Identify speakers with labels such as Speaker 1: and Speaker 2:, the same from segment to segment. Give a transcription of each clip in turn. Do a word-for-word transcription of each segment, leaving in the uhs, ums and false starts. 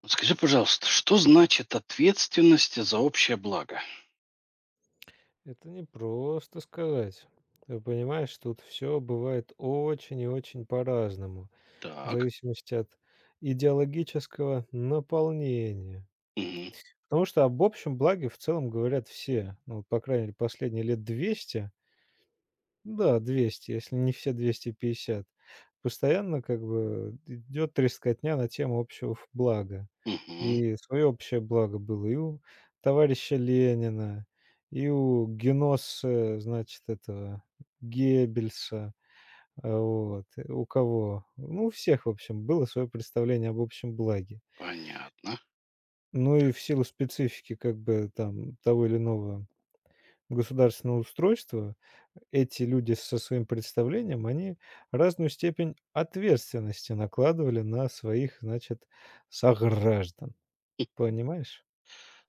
Speaker 1: Вот, скажи, пожалуйста, что значит ответственность за общее благо?
Speaker 2: Это не просто сказать. Ты понимаешь, тут все бывает очень и очень по-разному, в
Speaker 1: Так.
Speaker 2: зависимости от идеологического наполнения.
Speaker 1: Мгм.
Speaker 2: Потому что об общем благе в целом говорят все. Ну, вот, по крайней мере, последние лет двести. Да, двести, если не все двести пятьдесят. Постоянно как бы идет трескотня на тему общего ф- блага.
Speaker 1: Мгм.
Speaker 2: И свое общее благо было и у товарища Ленина, и у Геноса, значит, этого Геббельса, а, вот, э, у кого. Ну, у всех, в общем, было свое представление об общем благе.
Speaker 1: Понятно.
Speaker 2: Ну и в силу специфики как бы там того или иного государственного устройства, эти люди со своим представлением, они разную степень ответственности накладывали на своих, значит, сограждан. Понимаешь?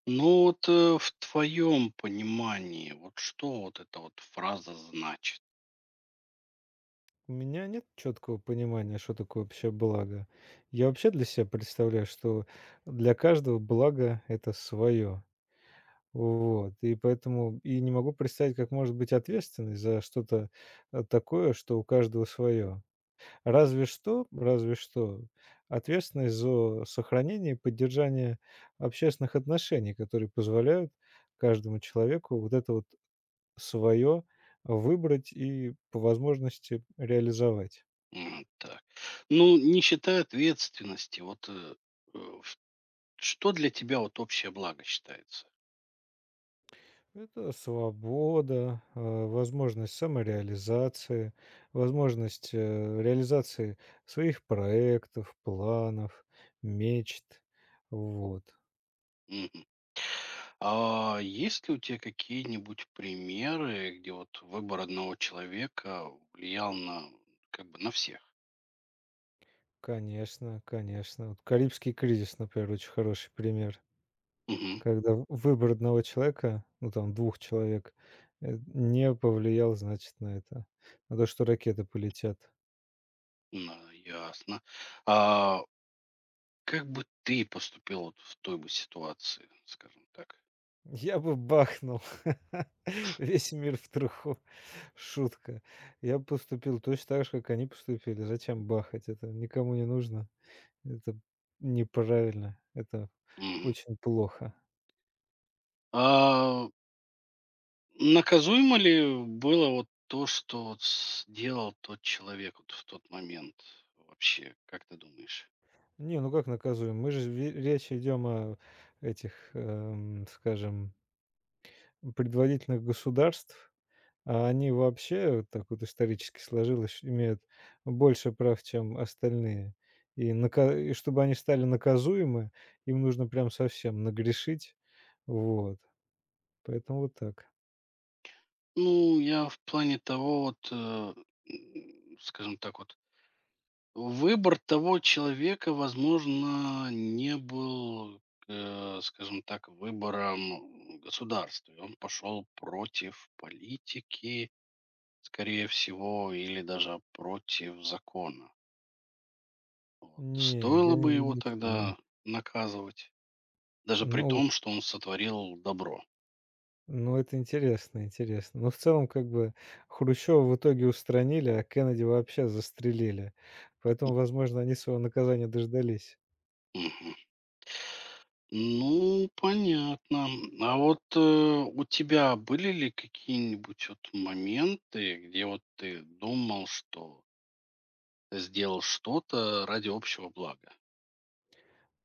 Speaker 1: Ну вот, э, в твоем понимании, вот что вот эта вот фраза значит?
Speaker 2: У меня нет четкого понимания, что такое вообще благо. Я вообще для себя представляю, что для каждого благо это свое. Вот. И поэтому и не могу представить, как может быть ответственность за что-то э, такое, что у каждого свое. Разве что, разве что ответственность за сохранение и поддержание общественных отношений, которые позволяют каждому человеку вот это вот свое выбрать и по возможности реализовать.
Speaker 1: М. Так. Ну, не считая ответственности, вот, э, э, в- что для тебя вот общее благо считается?
Speaker 2: Это свобода, э, возможность самореализации, возможность э, реализации своих проектов, планов, мечт. Вот.
Speaker 1: Мгм. А есть ли у тебя какие-нибудь примеры, где вот выбор одного человека влиял, на как бы, на всех?
Speaker 2: Конечно, конечно. Вот Карибский кризис, например, очень хороший пример,
Speaker 1: Мгм.
Speaker 2: когда в- выбор одного человека, ну там двух человек, э, не повлиял, значит, на это, на то, что ракеты полетят.
Speaker 1: На ясно. А, как бы ты поступил вот в той бы ситуации, скажем так?
Speaker 2: Я бы бахнул весь мир в труху. Шутка. Я бы поступил точно так же, как они поступили. Зачем бахать? Это никому не нужно. Это неправильно. Это
Speaker 1: Мгм.
Speaker 2: очень плохо.
Speaker 1: А, наказуемо ли было вот то, что вот сделал тот человек вот в тот момент вообще? Как ты думаешь?
Speaker 2: Не, ну как наказуем? Мы же ве речь идем о этих, эм, скажем, предводительных государств, а они вообще, вот так вот исторически сложилось, имеют больше прав, чем остальные. И нака и чтобы они стали наказуемы, им нужно прям совсем нагрешить. Вот. Поэтому вот так.
Speaker 1: Ну, я в плане того, вот, э, м, скажем так, вот выбор того человека, возможно, не был, э, скажем так, выбором государства. И он пошел против политики, скорее всего, или даже против закона. Вот.
Speaker 2: Не,
Speaker 1: Стоило
Speaker 2: я не
Speaker 1: бы его
Speaker 2: не знаю.
Speaker 1: тогда наказывать, даже при
Speaker 2: Ну
Speaker 1: том, что он сотворил добро?
Speaker 2: Ну, это интересно, интересно. Но в целом, как бы, Хрущева в итоге устранили, а Кеннеди вообще застрелили. Поэтому, возможно, они своего наказания дождались.
Speaker 1: Мгм. Ну, понятно. А вот, э, у тебя были ли какие-нибудь вот моменты, где вот ты думал, что сделал что-то ради общего блага?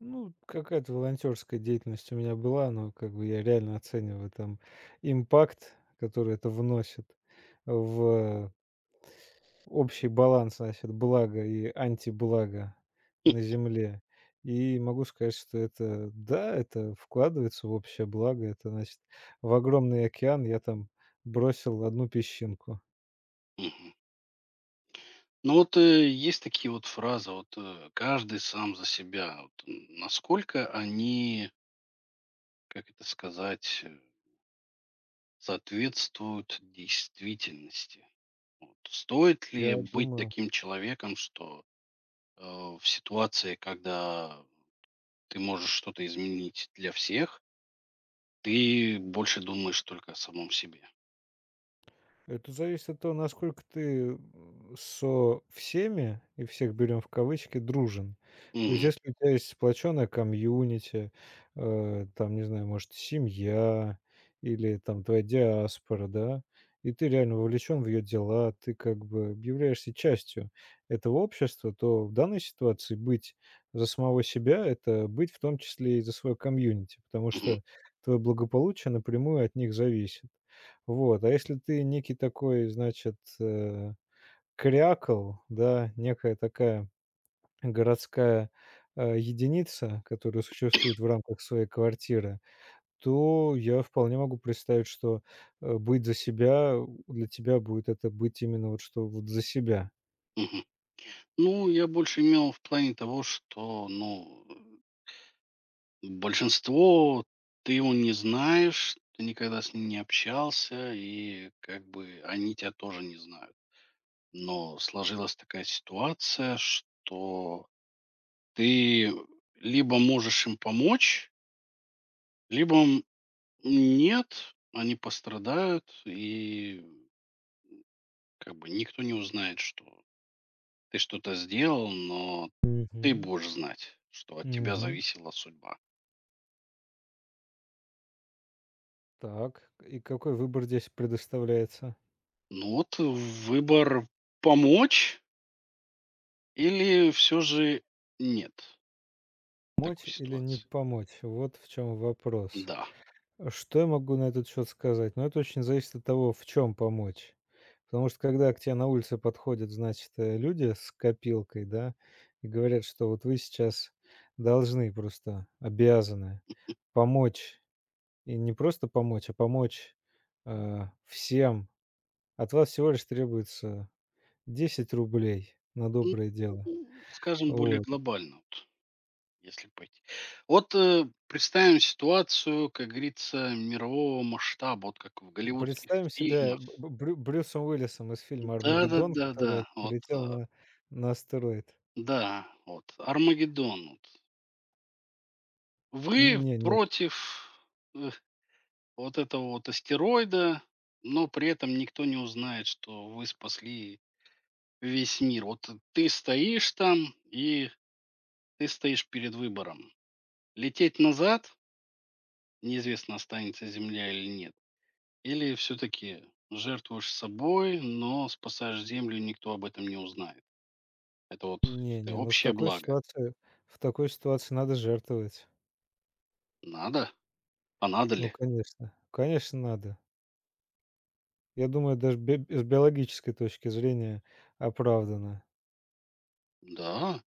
Speaker 2: Ну, какая-то волонтерская деятельность у меня была, но как бы я реально оцениваю там импакт, который это вносит в общий баланс, значит, блага и антиблага
Speaker 1: Хм.
Speaker 2: на земле. И могу сказать, что это, да, это вкладывается в общее благо. Это, значит, в огромный океан я там бросил одну песчинку.
Speaker 1: Мгм. Ну вот, э, есть такие вот фразы, вот, э, каждый сам за себя. Вот, м, насколько они, как это сказать, э, соответствуют действительности? Вот, стоит
Speaker 2: Я
Speaker 1: ли быть
Speaker 2: думаю.
Speaker 1: таким человеком, что э, в ситуации, когда ты можешь что-то изменить для всех, ты больше думаешь только о самом себе?
Speaker 2: Это зависит от того, насколько ты м, со всеми, и всех берем в кавычки, дружен. То есть,
Speaker 1: Мгм,
Speaker 2: если у тебя есть сплоченная комьюнити, э, там, не знаю, может, семья или там твоя диаспора, да, и ты реально вовлечен в ее дела, ты как бы являешься частью этого общества, то в данной ситуации быть за самого себя– это быть в том числе и за свое комьюнити, потому
Speaker 1: мгм,
Speaker 2: что твое благополучие напрямую от них зависит. Вот, а если ты некий такой, значит, э, крякал, да, некая такая городская, э, единица, которая существует в рамках своей квартиры, то я вполне могу представить, что, э, быть за себя, у для тебя будет это быть именно вот что вот за себя.
Speaker 1: мгм. Ну, я больше имел в плане того, что, ну, э, большинство ты его не знаешь, ты никогда с ним не общался, и, как бы, они тебя тоже не знают. Но сложилась такая ситуация, что ты либо можешь им помочь, либо, м, нет, они пострадают, и, как бы, никто не узнает, что ты что-то сделал, но ты
Speaker 2: Мгм,
Speaker 1: будешь знать, что от тебя
Speaker 2: мгм.
Speaker 1: зависела судьба.
Speaker 2: Так, и какой выбор здесь предоставляется?
Speaker 1: Ну вот, выбор: помочь или все же нет в такой
Speaker 2: Помочь или не
Speaker 1: ситуации?
Speaker 2: помочь? Вот в чем вопрос.
Speaker 1: Да.
Speaker 2: Что я могу на этот счет сказать? Ну, это очень зависит от того, в чем помочь. Потому что когда к тебе на улице подходят, значит, э, люди с копилкой, да, и говорят, что вот вы сейчас должны просто, обязаны помочь, и не просто помочь, а помочь э, всем. От вас всего лишь требуется десять рублей на
Speaker 1: Ну,
Speaker 2: доброе дело.
Speaker 1: ну, скажем, более
Speaker 2: Вот.
Speaker 1: глобально вот, если пойти. Вот, э, представим ситуацию, как говорится, мирового масштаба, вот как в голливудских
Speaker 2: Представим себя
Speaker 1: фильмах.
Speaker 2: Б- Б- Брю- Брюсом Уиллисом из фильма «Армагеддон»,
Speaker 1: Да-да-да-да,
Speaker 2: который это
Speaker 1: вот,
Speaker 2: полетел
Speaker 1: э,
Speaker 2: на, на астероид.
Speaker 1: да, вот «Армагеддон», вот. Вы
Speaker 2: Не не
Speaker 1: против, э, вот этого вот астероида, но при этом никто не узнает, что вы спасли весь мир. Вот ты стоишь там, и ты стоишь перед выбором. Лететь назад, неизвестно, останется Земля или нет. Или все-таки жертвуешь собой, но спасаешь Землю, никто об этом не узнает. Это вот,
Speaker 2: не
Speaker 1: считай,
Speaker 2: не, ну в
Speaker 1: общее
Speaker 2: такой
Speaker 1: благо.
Speaker 2: ситуации в такой ситуации надо жертвовать.
Speaker 1: Надо? А надо
Speaker 2: Ну,
Speaker 1: ли?
Speaker 2: конечно, конечно, надо. Я думаю, даже би с биологической точки зрения оправдано.
Speaker 1: Да.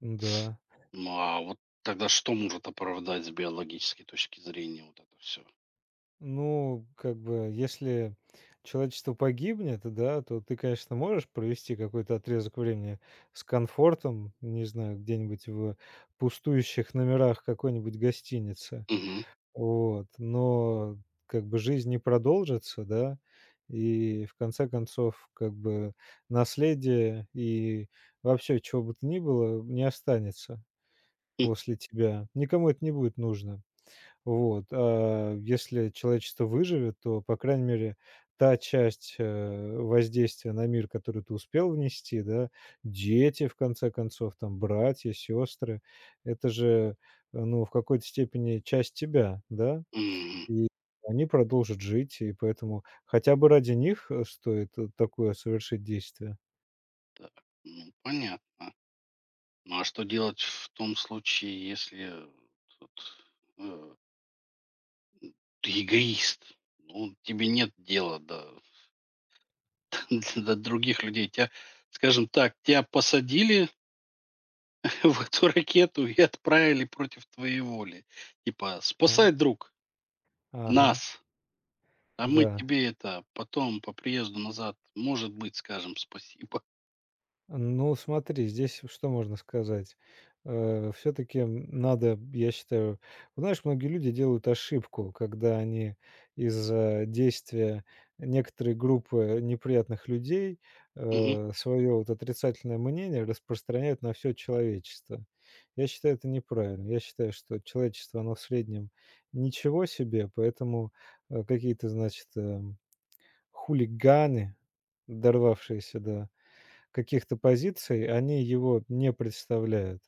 Speaker 2: Да.
Speaker 1: Ну а вот тогда что может оправдать с биологической точки зрения вот это все?
Speaker 2: Ну, как бы, если человечество погибнет, да, то ты, конечно, можешь провести какой-то отрезок времени с комфортом, не знаю, где-нибудь в пустующих номерах какой-нибудь гостиницы.
Speaker 1: Угу.
Speaker 2: Вот, но как бы жизнь не продолжится, да, и в конце концов, как бы наследие и вообще чего бы то ни было не останется
Speaker 1: М,
Speaker 2: после тебя. Никому это не будет нужно. Вот, а если человечество выживет, то, по крайней мере, та часть, э, воздействия на мир, которую ты успел внести, да, дети, в конце концов, там, братья, сестры, это же, э, ну, в какой-то степени часть тебя, да?
Speaker 1: м,
Speaker 2: И они продолжат жить, и поэтому хотя бы ради них, э, стоит, э, такое совершить действие.
Speaker 1: Так, ну понятно. Ну, а что делать в том случае, если тут, э, ты эгоист? Ну, тебе нет дела до до других людей. Тебя, скажем так, тебя посадили в эту ракету и отправили против твоей воли. Типа:
Speaker 2: А,
Speaker 1: «Спасай, друг,
Speaker 2: ага,
Speaker 1: нас, а мы
Speaker 2: да.
Speaker 1: тебе это потом по приезду назад, может быть, скажем спасибо».
Speaker 2: Ну, смотри, здесь что можно сказать? Э, Все-таки надо, я считаю, вот знаешь, многие люди делают ошибку, когда они из-за действия некоторой группы неприятных людей
Speaker 1: Мгм.
Speaker 2: э, свое вот отрицательное мнение распространяют на все человечество. Я считаю это неправильно. Я считаю, что человечество, оно в среднем ничего себе, поэтому э, какие-то, значит, эм, хулиганы, дорвавшиеся до каких-то позиций, они его не представляют.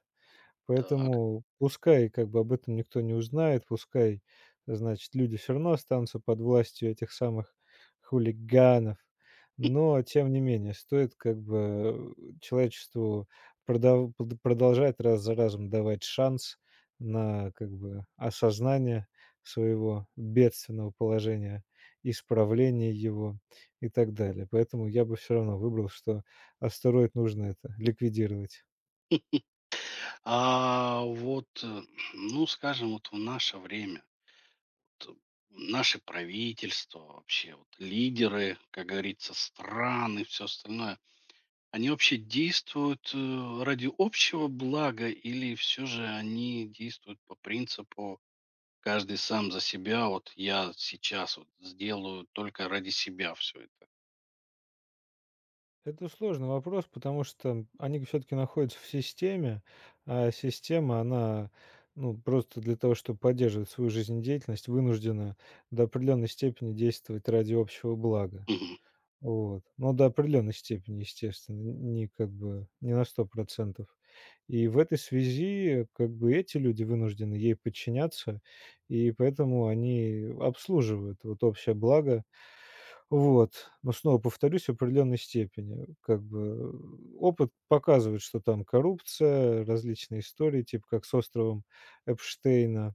Speaker 1: Так.
Speaker 2: Поэтому пускай как бы об этом никто не узнает, пускай, значит, люди все равно останутся под властью этих самых хулиганов. Но тем не менее, стоит как бы, э, человечеству продов пд продолжать раз за разом давать шанс на как бы осознание своего бедственного положения, исправление его и так далее. Поэтому я бы все равно выбрал, что астероид нужно это ликвидировать.
Speaker 1: А вот, э, ну, скажем, вот в наше время, вот, э, наши правительства, вообще вот лидеры, как говорится, страны, все остальное, они вообще действуют, э, ради общего блага, или все же они действуют по принципу «каждый сам за себя», вот я сейчас вот сделаю только ради себя все это?
Speaker 2: Это сложный вопрос, потому что они все-таки находятся в системе, а система, она, ну, просто для того, чтобы поддерживать свою жизнедеятельность, вынуждена до определенной степени действовать ради общего блага.
Speaker 1: Мгм.
Speaker 2: Вот. Но до определенной степени, естественно, не как бы не на сто процентов. И в этой связи как бы эти люди вынуждены ей подчиняться, и поэтому они обслуживают вот общее благо, вот. Но снова повторюсь, в определенной степени. Как бы, э, опыт показывает, что там коррупция, различные истории, типа как с островом Эпштейна.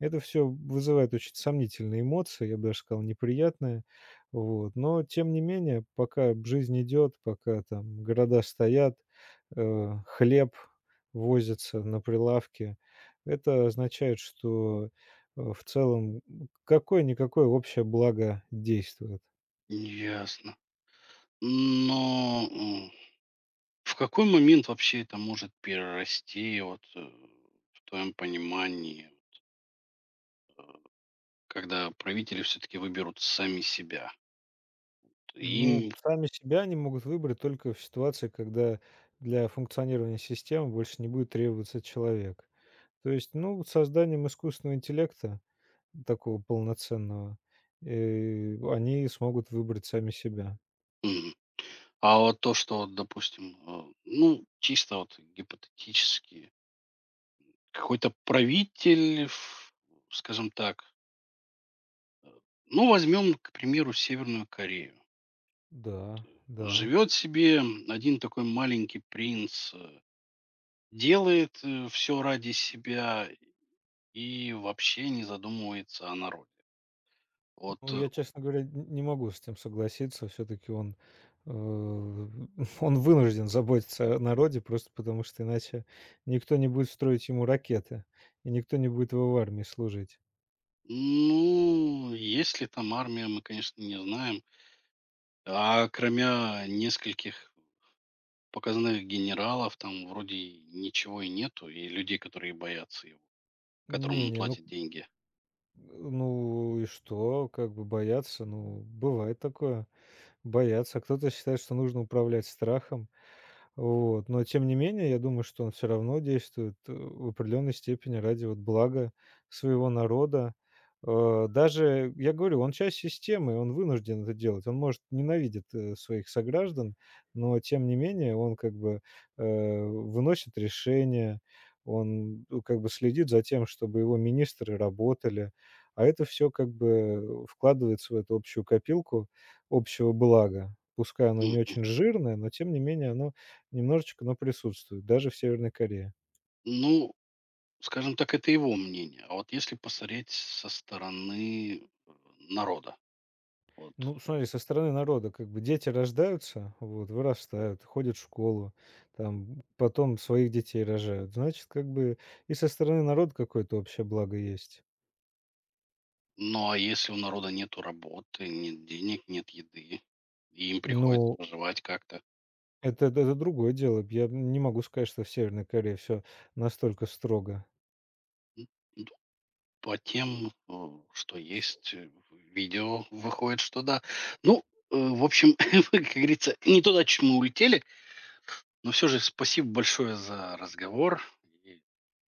Speaker 2: Это все вызывает очень сомнительные эмоции, я бы даже сказал, неприятные. Вот. Но тем не менее, пока жизнь идет, пока там города стоят, э, хлеб возится на прилавке, это означает, что, э, в целом какое-никакое общее благо действует.
Speaker 1: Ясно. Но, м, в какой момент вообще это может перерасти, вот, э, в твоем понимании, когда правители все-таки выберут сами себя?
Speaker 2: Ну,
Speaker 1: Им
Speaker 2: сами себя они могут выбрать только в ситуации, когда для функционирования системы больше не будет требоваться человек. То есть, ну, вот созданием искусственного интеллекта, такого полноценного, э, они смогут выбрать сами себя.
Speaker 1: м. А вот то, что, вот, допустим, э, ну, чисто вот гипотетически, какой-то правитель, ф- скажем так, э, ну, возьмем, к примеру, Северную Корею.
Speaker 2: Да, да.
Speaker 1: Живет себе один такой маленький принц, э, делает все ради себя и вообще не задумывается о народе. Вот,
Speaker 2: Ну,
Speaker 1: э,
Speaker 2: я, честно говоря, н- не могу с этим согласиться. Все-таки он, э, он вынужден заботиться о народе, просто потому что иначе никто не будет строить ему ракеты, и никто не будет его в армии служить.
Speaker 1: ну, есть ли там армия, мы, конечно, не знаем. А кроме нескольких показных генералов, там вроде и ничего и нету, и людей, которые боятся его, которым он
Speaker 2: Не-не, ну.
Speaker 1: платит деньги.
Speaker 2: Ну и что? Как бы бояться? Ну, бывает такое. Бояться. А кто-то считает, что нужно управлять страхом. Вот. Но тем не менее, я думаю, что он все равно действует, э, в определенной степени ради вот блага своего народа. Э, даже, я говорю, он часть системы, он вынужден это делать. Он, может, ненавидит, э, своих сограждан, но тем не менее он как бы, э, выносит решения, он, ну, как бы следит за тем, чтобы его министры работали. А это все как бы вкладывается в эту общую копилку общего блага. Пускай оно не
Speaker 1: М,
Speaker 2: очень жирное, но тем не менее оно немножечко, но присутствует, даже в Северной Корее.
Speaker 1: Ну, скажем так, это его мнение. А вот если посмотреть со стороны, э, народа, вот.
Speaker 2: Ну, смотри, со стороны народа, как бы дети рождаются, вот, вырастают, ходят в школу, там, потом своих детей рожают. Значит, как бы и со стороны народа какое-то общее благо есть.
Speaker 1: Ну, а если у народа нету работы, нет денег, нет еды, и им приходится
Speaker 2: Ну,
Speaker 1: выживать как-то.
Speaker 2: это это это другое дело. Я не могу сказать, что в Северной Корее все настолько строго.
Speaker 1: м, По тем, э, что есть, э, в видео выходит, что да. Ну, э, в общем, как говорится, не туда, чему улетели, но все же спасибо большое за разговор. И